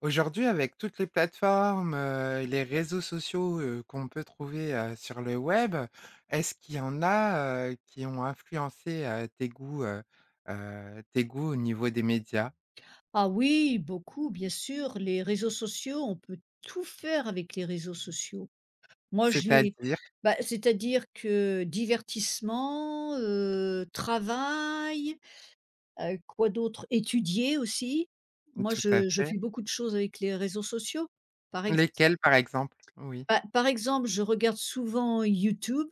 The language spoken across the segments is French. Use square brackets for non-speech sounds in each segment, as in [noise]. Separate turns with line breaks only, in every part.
Aujourd'hui, avec toutes les plateformes, les réseaux sociaux, qu'on peut trouver, sur le web, est-ce qu'il y en a, qui ont influencé, tes goûts au niveau des médias?
Ah oui, beaucoup, bien sûr. Les réseaux sociaux, on peut tout faire avec les réseaux sociaux. Moi, je les
C'est-à-dire?
c'est-à-dire que divertissement, travail, quoi d'autre? Étudier aussi. Moi,
Tout à
je
fait.
fais beaucoup de choses avec les réseaux sociaux. Par ex
Lesquels, par exemple? Oui.
pa par exemple, je regarde souvent YouTube,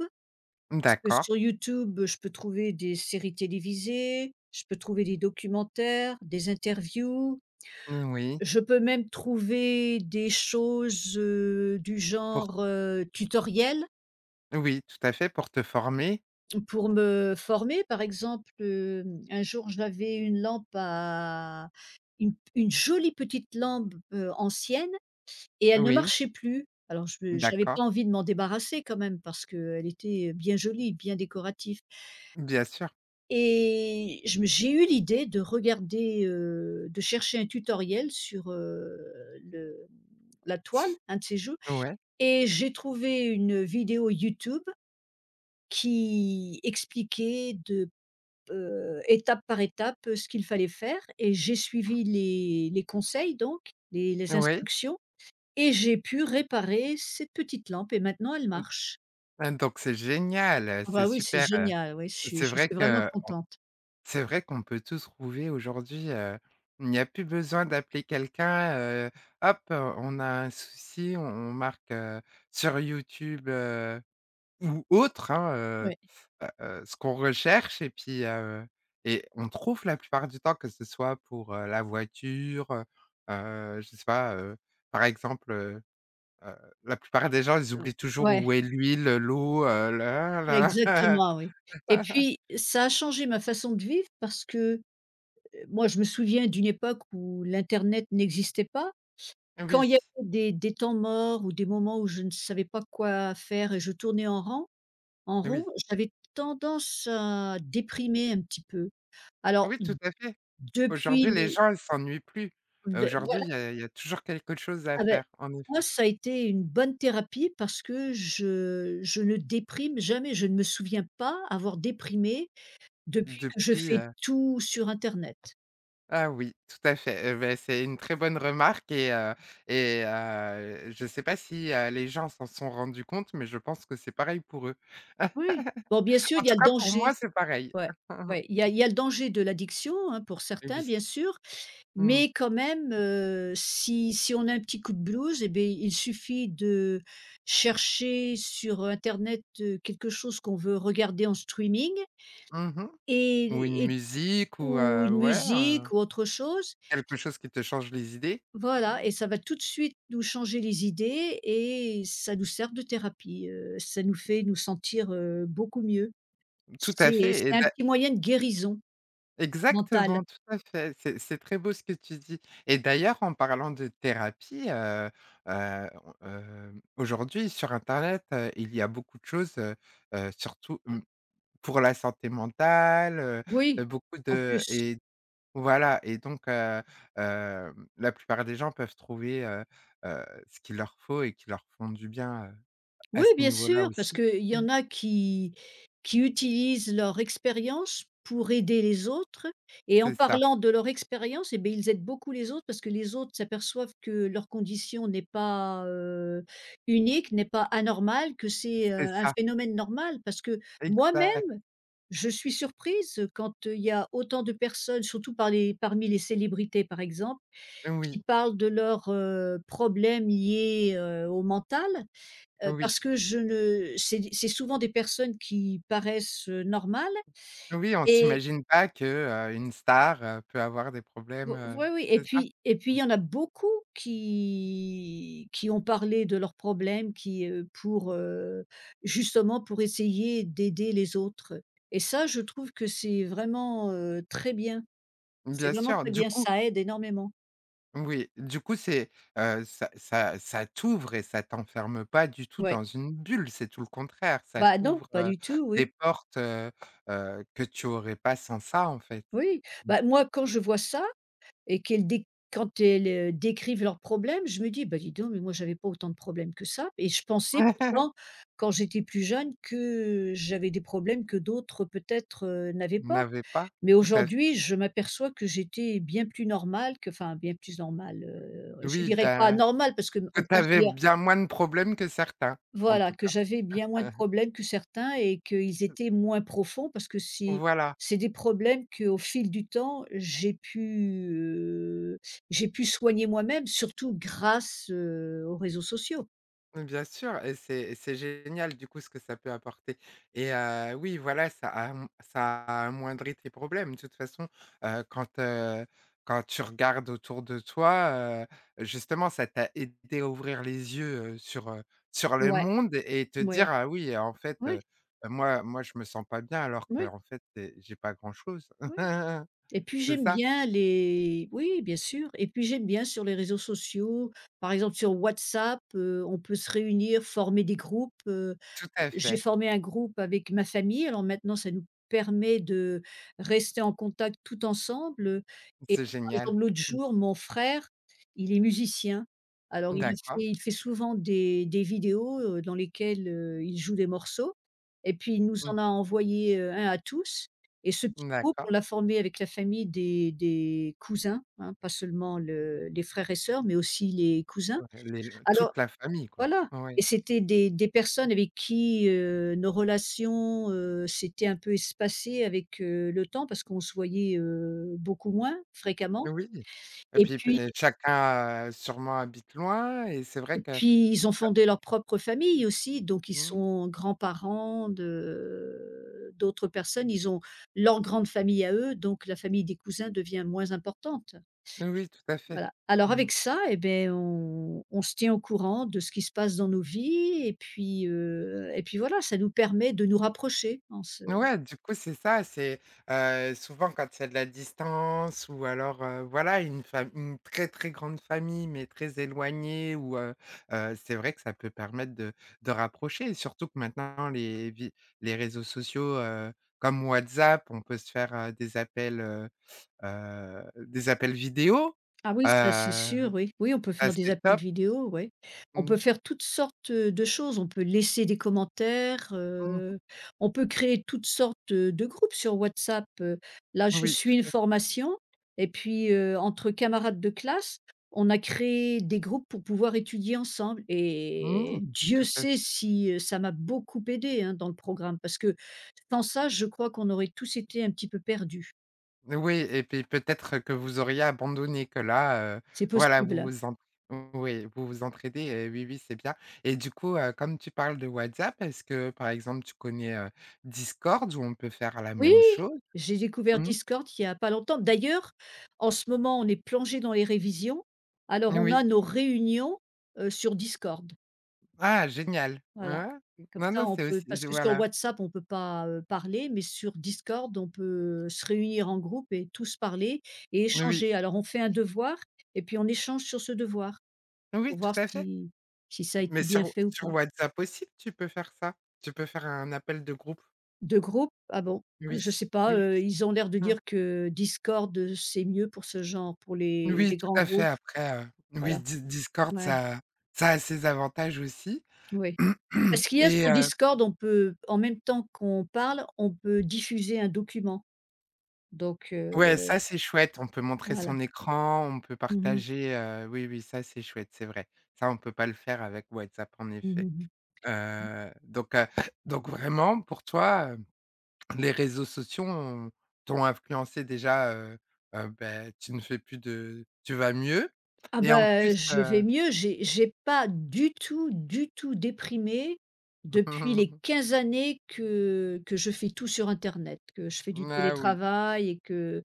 parce que
D'accord.
sur YouTube, je peux trouver des séries télévisées, je peux trouver des documentaires, des interviews.
Oui.
Je peux même trouver des choses, du
Pour
genre, tutoriel
oui, tout à fait, pour te former.
pour me former. Par exemple, un jour j'avais une jolie petite lampe, ancienne, et elle ne
Oui,
marchait plus. Alors je j'avais
d'accord.
pas envie de m'en débarrasser quand même parce qu'elle était bien jolie, bien décorative,
Bien sûr.
et je me j'ai eu l'idée de regarder, de chercher un tutoriel sur, le la toile, un de ces jours.
Oui.
Et j'ai trouvé une vidéo YouTube qui expliquait de étape par étape, ce qu'il fallait faire, et j'ai suivi les conseils, donc les
Oui.
instructions, et j'ai pu réparer cette petite lampe et maintenant elle marche.
Mmh, donc c'est génial,
Ah
c'est
bah oui, c'est
super,
génial, oui, je suis
c'est
je
vrai
suis vraiment
que
contente.
c'est vrai qu'on peut tout trouver aujourd'hui, il n'y a plus besoin d'appeler quelqu'un, hop, on a un souci, on marque, sur YouTube, ou autre, hein,
Ouais,
ce qu'on recherche et puis, et on trouve la plupart du temps, que ce soit pour, la voiture, je sais pas, par exemple, heu, la plupart des gens, ils
ouais,
oublient toujours
ouais,
où est l'huile, l'eau, le
exactement, oui. Et
[laughs]
puis ça a changé ma façon de vivre parce que, moi je me souviens d'une époque où l'internet n'existait pas. Quand
oui,
il y avait des temps morts ou des moments où je ne savais pas quoi faire et je tournais en rond,
oui,
j'avais tendance à déprimer un petit peu. Alors
oui, tout à fait.
depuis
Aujourd'hui, les
les
gens, ils s'ennuient plus.
de
Aujourd'hui,
voilà,
il y a toujours quelque chose à
ah beh,
faire, en
moi
effet.
ça a été une bonne thérapie parce que je ne déprime jamais, je ne me souviens pas avoir déprimé depuis que je
Depuis,
fais
heu
tout sur internet.
ah oui, tout à fait, beh, c'est une très bonne remarque et je ne sais pas si, les gens s'en sont rendus compte, mais je pense que c'est pareil pour eux.
Oui. Bon, bien sûr,
En
il y
tout
a le
cas, pour
danger.
moi, c'est pareil.
Ouais, ouais,
[laughs]
il y a le danger de l'addiction, hein, pour
Oui.
certains bien sûr.
Mmh.
Mais quand même, si on a un petit coup de blues, eh bien, il suffit de chercher sur internet, quelque chose qu'on veut regarder en streaming
Mmh. Ou une
et
musique ou
ou une
ouais,
musique ou autre chose.
quelque chose qui te change les idées.
Voilà,
Mmh.
et ça va tout de suite nous changer les idées et ça nous sert de thérapie, ça nous fait nous sentir, beaucoup mieux.
Tout à
C'est
fait et
c'est un
d'a
petit moyen de guérison mentale.
exactement, tout à fait. C'est très beau ce que tu dis. Et d'ailleurs, en parlant de thérapie, on aujourd'hui sur internet, il y a beaucoup de choses, surtout, pour la santé mentale,
Oui,
beaucoup
en
de
plus.
voilà, et donc la plupart des gens peuvent trouver, ce qu'il leur faut et qui leur font du bien, à
Oui,
ce
bien
niveau-là
sûr, parce
aussi.
qu'il y
Mmh,
en a qui utilisent leur expérience pour aider les autres, et en
c'est ça,
parlant de leur expérience, et bien ils aident beaucoup les autres parce que les autres s'aperçoivent que leur condition n'est pas, unique, n'est pas anormale, que c'est,
c'est
un
ça,
phénomène normal. Parce que moi-même,
exact.
je suis surprise quand il y a autant de personnes, surtout parmi les célébrités par exemple,
Oui,
qui parlent de leurs, problèmes liés, au mental.
oui.
Parce que je ne c'est souvent des personnes qui paraissent, normales.
Oui, on
Et
s'imagine pas que, une star, peut avoir des problèmes,
oui, oui, et
c'est ça?
puis et puis il
Mmh.
y en a beaucoup qui ont parlé de leurs problèmes, justement pour essayer d'aider les autres, et ça je trouve que c'est vraiment, très bien. C'est
Bien
vraiment
sûr,
très
du
bien,
coup
ça aide énormément.
oui, du coup c'est, ça t'ouvre et ça t'enferme pas du tout
Ouais.
dans une bulle, c'est tout le contraire, ça
Bah, non,
t'ouvre,
pas du tout,
des
oui.
portes, que tu aurais pas sans ça, en fait.
Oui,
Mmh.
bah, moi quand je vois ça. Et qu'elles dé Quand elles, décrivent leurs problèmes, je me dis: «Bah, dis donc, mais moi j'avais pas autant de problèmes que ça», et je pensais
[laughs]
pourtant quand j'étais plus jeune que j'avais des problèmes que d'autres peut-être, n'avaient pas.
N'avait pas,
Mais
tout à fait.
aujourd'hui, je m'aperçois que j'étais bien plus normale que, enfin bien plus normale, je
Oui,
dirais pas
bien
normale parce
que
qu'on
tu avais
considère,
bien moins de problèmes que certains, en
voilà,
tout
que
cas.
j'avais bien moins de
[laughs]
problèmes que certains et qu'ils étaient moins profonds parce que
Voilà.
c'est des problèmes qu'au fil du temps, j'ai pu, heu, j'ai pu soigner moi-même surtout grâce, aux réseaux sociaux.
Mmh, bien sûr, et c'est génial du coup ce que ça peut apporter et oui voilà ça am ça amoindrit tes problèmes. De toute façon, quand, quand tu regardes autour de toi, justement ça t'a aidé à ouvrir les yeux, sur, sur le
Ouais,
monde et te dire:
ouais.
«Ah oui en fait,
Ouais,
moi je me sens pas bien alors que
ouais.
en fait, c'est j'ai pas grand chose».
Oui.
[laughs]
Et puis
C'est
j'aime
ça?
bien les oui, bien sûr, et puis j'aime bien sur les réseaux sociaux, par exemple sur WhatsApp, on peut se réunir, former des groupes,
Tout à
j'ai
fait,
formé un groupe avec ma famille, alors maintenant ça nous permet de rester en contact tout ensemble, et
c'est
par
génial.
exemple l'autre
Mmh.
jour, mon frère, il est musicien. Alors
D'accord.
il fait souvent des vidéos, dans lesquelles, il joue des morceaux et puis il nous
Mmh.
en a envoyé, un à tous, et ce groupe,
D'accord.
on l'a formé avec la famille des cousins, hein, pas seulement le les frères et sœurs, mais aussi les cousins.
Ouais, les
Alors
toute la famille, quoi.
voilà,
Oui,
et c'était des personnes avec qui, nos relations, s'étaient un peu espacées avec, le temps parce qu'on se voyait, beaucoup moins fréquemment,
oui. Et
et
puis p
puis
et chacun, sûrement habite loin et c'est vrai
et
que
puis ils ont fondé leur propre famille aussi, donc ils
mmh,
sont grands-parents de d'autres personnes. Ils ont leur grande famille à eux, donc la famille des cousins devient moins importante.
oui, tout à fait.
Voilà. Alors
Mmh.
avec ça, eh beh, on se tient au courant de ce qui se passe dans nos vies, et puis voilà, ça nous permet de nous rapprocher en se.
Ouais, du coup, c'est ça, c'est, souvent quand il y a de la distance ou alors, voilà, une fa une très, très grande famille, mais très éloignée ou c'est vrai que ça peut permettre de rapprocher. Et surtout que maintenant les réseaux sociaux, comme WhatsApp, on peut se faire, des appels vidéo,
Ah
heu,
oui, ça c'est sûr, oui. Oui, on peut
ça
faire des
c'est
appels
top.
vidéo. Oui, on
Mmh,
peut faire toutes sortes, de choses. On peut laisser des commentaires,
mmh,
on peut créer toutes sortes, de groupes sur WhatsApp. Là, je
oui,
suis une
tout à
formation, et puis, entre camarades de classe, on a créé des groupes pour pouvoir étudier ensemble,
mmh,
et Dieu
tout à fait.
sait si, ça m'a beaucoup aidée, hein, dans le programme, parce que sans ça, je crois qu'on aurait tous été un petit peu perdus.
Oui, et puis peut-être que vous auriez abandonné, que là,
C'est
voilà, vous
possible.
vous en oui, vous vous entraidez et oui, oui, c'est bien. Et du coup, comme tu parles de WhatsApp, est-ce que, par exemple, tu connais, Discord où on peut faire la
Oui,
même chose?
j'ai découvert
Mmh,
Discord il y a pas longtemps. D'ailleurs, en ce moment, on est plongé dans les révisions. Alors, on a
oui.
nos réunions, sur Discord.
Ah génial!
Voilà.
Hein?
Comme
Non,
ça,
non,
on
c'est
peut, parce
aussi
que sur
voilà.
WhatsApp, on peut pas, parler, mais sur Discord, on peut se réunir en groupe et tous parler et
Oui,
échanger. Alors, on fait un devoir et puis on échange sur ce devoir
oui,
pour
tout
voir
à fait.
si ça a
Mais
été bien
sur
fait ou
sur
pas.
WhatsApp aussi, tu peux faire ça. Tu peux faire un appel de groupe.
De groupes? Ah bon?
Oui, oui,
Je sais pas,
oui.
ils ont l'air de
Mmh.
dire que Discord, c'est mieux pour ce genre, pour
Oui,
les
tout
grands
à fait.
groupes,
Après, oui,
voilà.
Di Discord,
Ouais,
ça a ses avantages aussi.
oui. Parce
[clears throat]
qu'il y a
Et
sur Discord, on peut, en même temps qu'on parle, on peut diffuser un document. Donc,
ouais, ça, c'est chouette. On peut montrer
voilà.
son écran, on peut
Mmh mh.
partager, oui, oui, ça, c'est chouette, c'est vrai. Ça, on peut pas le faire avec WhatsApp, en
Mmh
effet.
mmh.
Donc [clears throat] donc vraiment pour toi, les réseaux sociaux ont t'ont influencé déjà, beh, tu ne fais plus de tu vas mieux
Ah
et en plus,
ben je vais mieux, j'ai pas du tout, du tout déprimé depuis les
[laughs]
15 années que je fais tout sur internet, que je fais du
ah oui,
télétravail et que.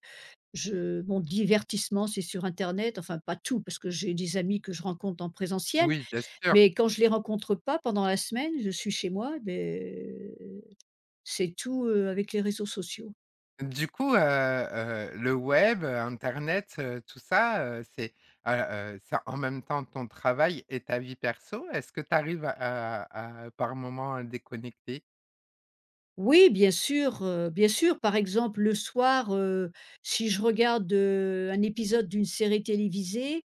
Je mon divertissement, c'est sur internet, enfin pas tout, parce que j'ai des amis que je rencontre en présentiel,
oui, bien sûr.
mais quand je les rencontre pas pendant la semaine, je suis chez moi, beh, c'est tout, avec les réseaux sociaux.
Du coup, le web, internet, tout ça, heu c'est en même temps ton travail et ta vie perso. Est-ce que tu arrives à par moment à déconnecter?
Oui, bien sûr, par exemple, le soir, si je regarde, un épisode d'une série télévisée,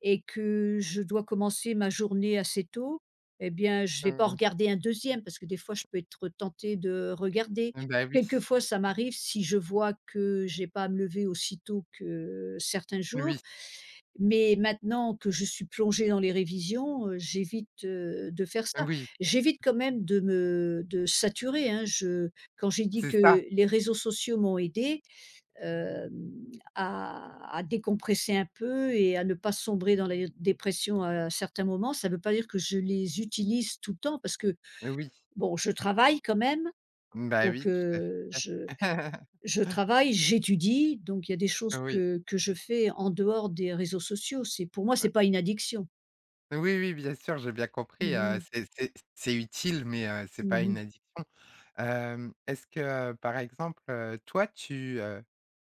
et que je dois commencer ma journée assez tôt, eh bien, je vais
Mmh
pas en
mh.
regarder un deuxième parce que des fois je peux être tentée de regarder.
Bah oui,
Quelquefois, ça m'arrive si je vois que j'ai pas à me lever aussitôt que certains jours,
oui,
mais maintenant que je suis plongée dans les révisions, j'évite, de faire ça.
oui,
J'évite quand même de saturer, hein. Je quand j'ai dit
c'est
que
ça,
les réseaux sociaux m'ont aidée, heu, à décompresser un peu et à ne pas sombrer dans la dépression à certains moments. Ça ne veut pas dire que je les utilise tout le temps parce que,
oui.
bon, je travaille quand même,
Bah oui,
donc,
tout à fait. [laughs]
je travaille, j'étudie, donc il y a des choses
Oui.
que je fais en dehors des réseaux sociaux. C'est, pour moi, c'est pas une addiction.
Oui, oui, bien sûr, j'ai bien
Mmh
compris, heu,
mh.
c'est c'est c'est utile, mais c'est pas une
Mmh.
addiction. Est-ce que, par exemple, toi, tu,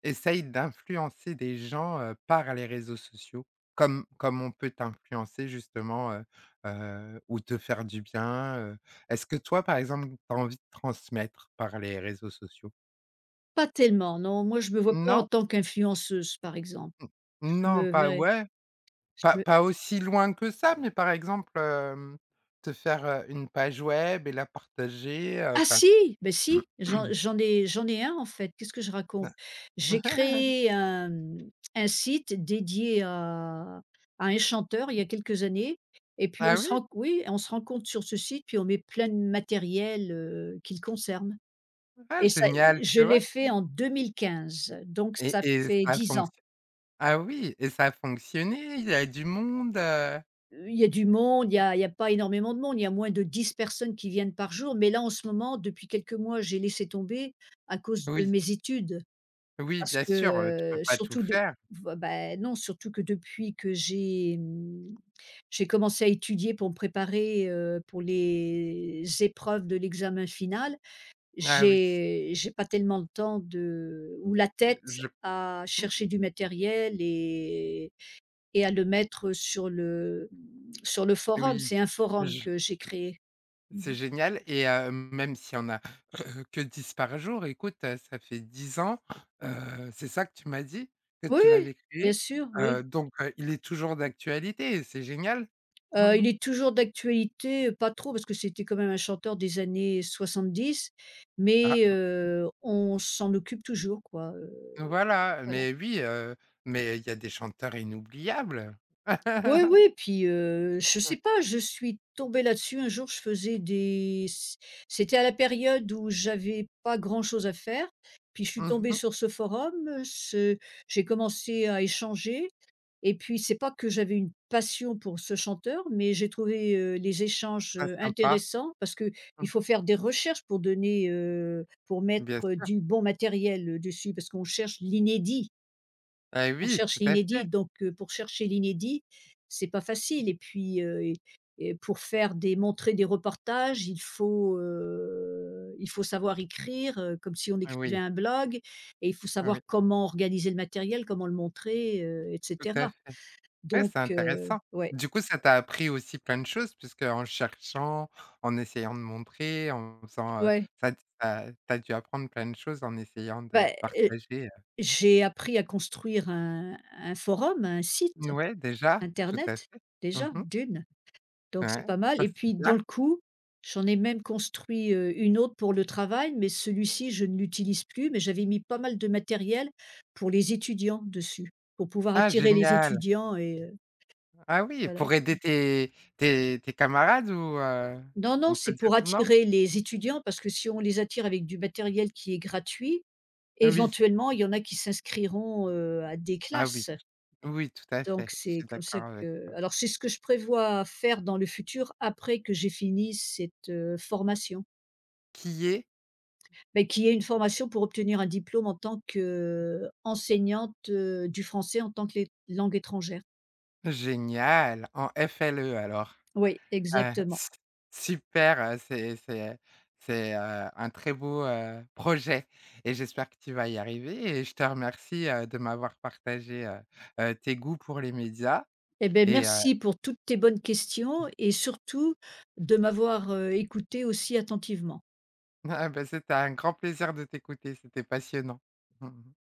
essayes d'influencer des gens, par les réseaux sociaux? Comme on peut t'influencer justement, ou te faire du bien, heu? Est-ce que toi, par exemple, tu as envie de transmettre par les réseaux sociaux?
Pas tellement, non. Moi, je me vois pas en
Non?
tant qu'influenceuse, par exemple. Je
Non,
me
pas
verrais.
ouais. Pas pas aussi loin que ça, mais par exemple, te faire, une page web et la partager,
Ah
enfin
si! Ben si, j'en ai un en fait, qu'est-ce que je raconte? J'ai
[clears throat]
créé un, un site dédié à un chanteur il y a quelques années, et puis on
ah
se
oui?
rend oui, on se rend compte sur ce site, puis on met plein de matériel, qui le concerne,
Ah
et ça
génial,
je
tu
l'ai
vois?
fait en 2015, donc ça
Et ça
fait
a
10 ans.
fonctio ah oui et ça a fonctionné, il y a du monde, heu?
Il y a du monde, il y a pas énormément de monde, il y a moins de 10 personnes qui viennent par jour, mais là en ce moment, depuis quelques mois, j'ai laissé tomber à cause de
Oui,
mes études.
oui,
Parce
bien
que,
sûr, tu peux pas tout
surtout de
faire.
voi bah, non, surtout que depuis que j'ai, j'ai commencé à étudier pour me préparer, pour les épreuves de l'examen final,
Ah oui,
j'ai pas tellement le temps de ou la tête
je
à chercher du matériel et à le mettre sur le, sur le forum.
oui,
C'est un forum
je.
que j'ai créé.
C'est
Mmh.
génial et même s'il y en a [clears throat] que 10 par jour, écoute, ça fait 10 ans, c'est ça que tu m'as dit? Que
Oui,
tu
oui,
l'avais
bien
créé?
sûr, oui.
Donc il est toujours d'actualité et c'est génial.
Il
[laughs]
est toujours d'actualité, pas trop parce que c'était quand même un chanteur des années 70,
Ah,
mais, on s'en occupe toujours quoi,
voilà,
voilà.
mais oui, mais il y a des chanteurs inoubliables.
Oui, oui,
[laughs]
puis, je sais pas, je suis tombée là-dessus un jour, je faisais des c c'était à la période où j'avais pas grand-chose à faire, puis je suis tombée
Mmh,
sur ce forum, ce j'ai commencé à échanger, et puis c'est pas que j'avais une passion pour ce chanteur, mais j'ai trouvé, les échanges,
très sympa.
intéressants parce que il faut
Mmh.
faire des recherches pour donner, pour
Bien
mettre,
sûr.
du bon matériel, dessus parce qu'on cherche l'inédit.
Ah
On
oui, tout
cherche
à
l'inédit,
fait.
donc, pour chercher l'inédit, c'est pas facile, et puis, et pour faire des montrer des reportages, il faut savoir écrire, comme si on
Ah
écrivait
oui,
un blog, et il faut
ah oui,
savoir comment organiser le matériel, comment le montrer, heu, et
tout à
cetera.
fait. Ouais,
Donc,
c'est intéressant.
ouais,
Du coup, ça t'a appris aussi plein de choses puisque en cherchant, en essayant de montrer, en faisant,
ouais.
ça ça tu dû apprendre plein de choses en essayant de
Bah, heu,
partager,
j'ai appris à construire un forum, un site
mouais, déjà, tout
internet,
à fait.
déjà,
Mmh.
d'une. Donc
Ouais,
c'est pas mal,
ça,
et
c'est
puis dans
bien.
le coup, j'en ai même construit, une autre pour le travail, mais celui-ci je ne l'utilise plus, mais j'avais mis pas mal de matériel pour les étudiants dessus, pour pouvoir
Ah
attirer les
génial!
étudiants et
Ah oui,
voilà.
pour aider tes tes camarades ou
Non, non,
on peut
c'est
dire
pour
non?
attirer les étudiants parce que si on les attire avec du matériel qui est gratuit,
Oui.
éventuellement il y en a qui s'inscriront, à des
Ah oui,
classes.
t oui, tout à fait,
Donc
je
c'est
suis
comme ça
d'accord avec
que,
toi.
alors c'est ce que je prévois faire dans le futur après que j'ai fini cette, formation.
Qui est
Beh, qui est une formation pour obtenir un diplôme en tant qu'enseignante, du français en tant que lé langue étrangère.
génial, en FLE alors.
Oui, exactement.
S super, c'est un très beau, projet et j'espère que tu vas y arriver et je te remercie, de m'avoir partagé, tes goûts pour les médias
Eh beh,
et heu,
merci pour toutes tes bonnes questions
[laughs]
et surtout de m'avoir, écoutée aussi attentivement.
ah bah, c'était un grand plaisir de t'écouter, c'était passionnant. [laughs]